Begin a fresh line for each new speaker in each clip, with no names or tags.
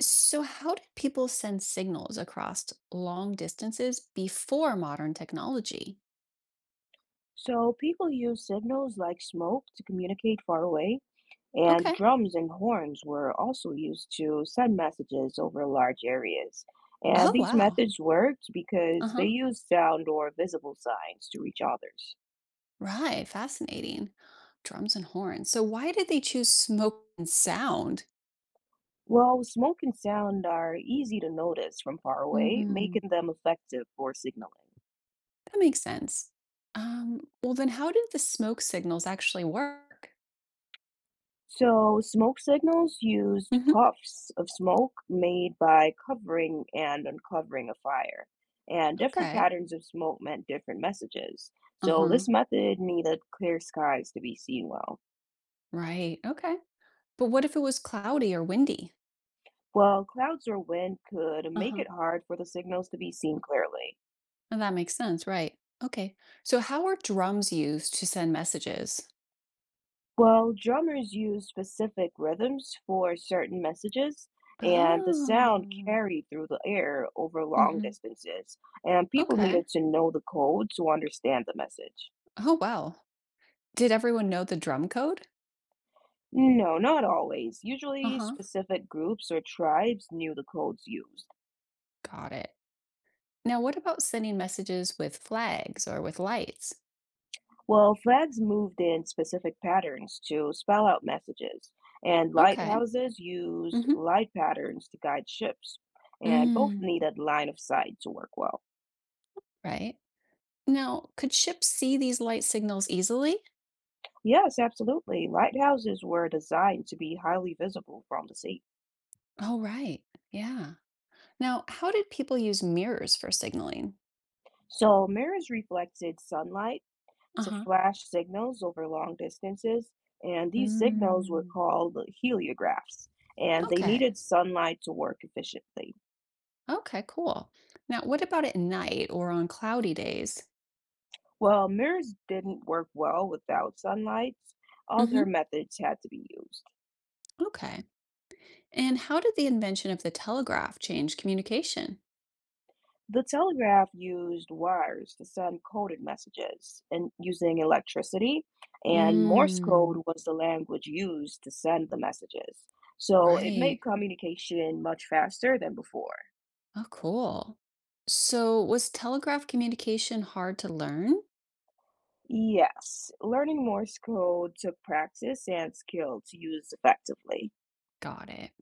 So, how did people send signals across long distances before modern technology?
So people used signals like smoke to communicate far away, and
Okay.
drums and horns were also used to send messages over large areas. And
Oh,
these
wow.
methods worked
Uh
because they
huh.
used sound or visible signs to reach others.
Right. Fascinating. Drums and horns. So, why did they choose smoke and sound?
Well, smoke and sound are easy to notice from far away,
Hmm.
making them effective for signaling.
That makes sense. Well, then, how did the smoke signals actually work?
So, smoke signals used
Hmm.
puffs of smoke made by covering and uncovering a fire, and different
Okay.
patterns of smoke meant different messages.
Uh
So,
huh.
this method needed clear skies to be seen well,
Right. Okay. But what if it was cloudy or windy?
while clouds or wind could
Uh
make
huh.
it hard for the signals to be seen clearly.
Oh, that makes sense, right. Okay. So how are drums used to send messages?
Well, drummers use specific rhythms for certain messages, and the sound
Oh.
carried through the air over long
Hmm.
distances, and people
Okay.
needed to know the code to understand the message.
Oh, wow. Did everyone know the drum code?
No, not always. Usually,
Uh-huh.
specific groups or tribes knew the codes used.
Got it. Now, what about sending messages with flags or with lights?
Well, flags moved in specific patterns to spell out messages, and
Okay.
lighthouses used
Mm-hmm.
light patterns to guide ships, and both
Mm,
needed line of sight to work well.
right. Now, could ships see these light signals easily?
Yes, absolutely. Lighthouses were designed to be highly visible from the sea.
Oh, right. Yeah. Now, how did people use mirrors for signaling?
So mirrors reflected sunlight to
Uh-huh.
flash signals over long distances, and these signals were
Mm.
called heliographs, and they
Okay.
needed sunlight to work efficiently.
Okay, cool. Now, what about at night or on cloudy days?
Well, mirrors didn't work well without sunlight. Other
Hmm.
methods had to be used.
Okay. And how did the invention of the telegraph change communication?
The telegraph used wires to send coded messages and using electricity, and Morse code
Mm,
was the language used to send the messages. So it
right.
made communication much faster than before.
Oh, cool. So, was telegraph communication hard to learn?
Yes, learning Morse code took practice and skill to use effectively.
Got it.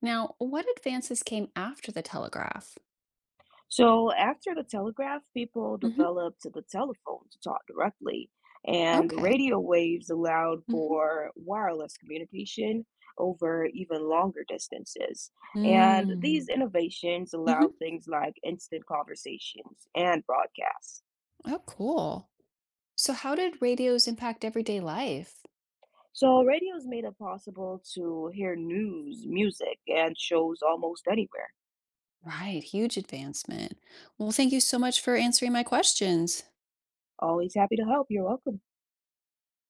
Now, what advances came after the telegraph?
So after the telegraph, people
Hmm.
developed the telephone to talk directly, and
Okay.
radio waves allowed
Hmm.
for wireless communication over even longer distances. And these
Mm.
innovations allowed
Hmm.
things like instant conversations and broadcasts.
Oh, cool. So, how did radios impact everyday life?
So radios made it possible to hear news, music, and shows almost anywhere.
Right, huge advancement. Well, thank you so much for answering my questions.
Always happy to help. You're welcome.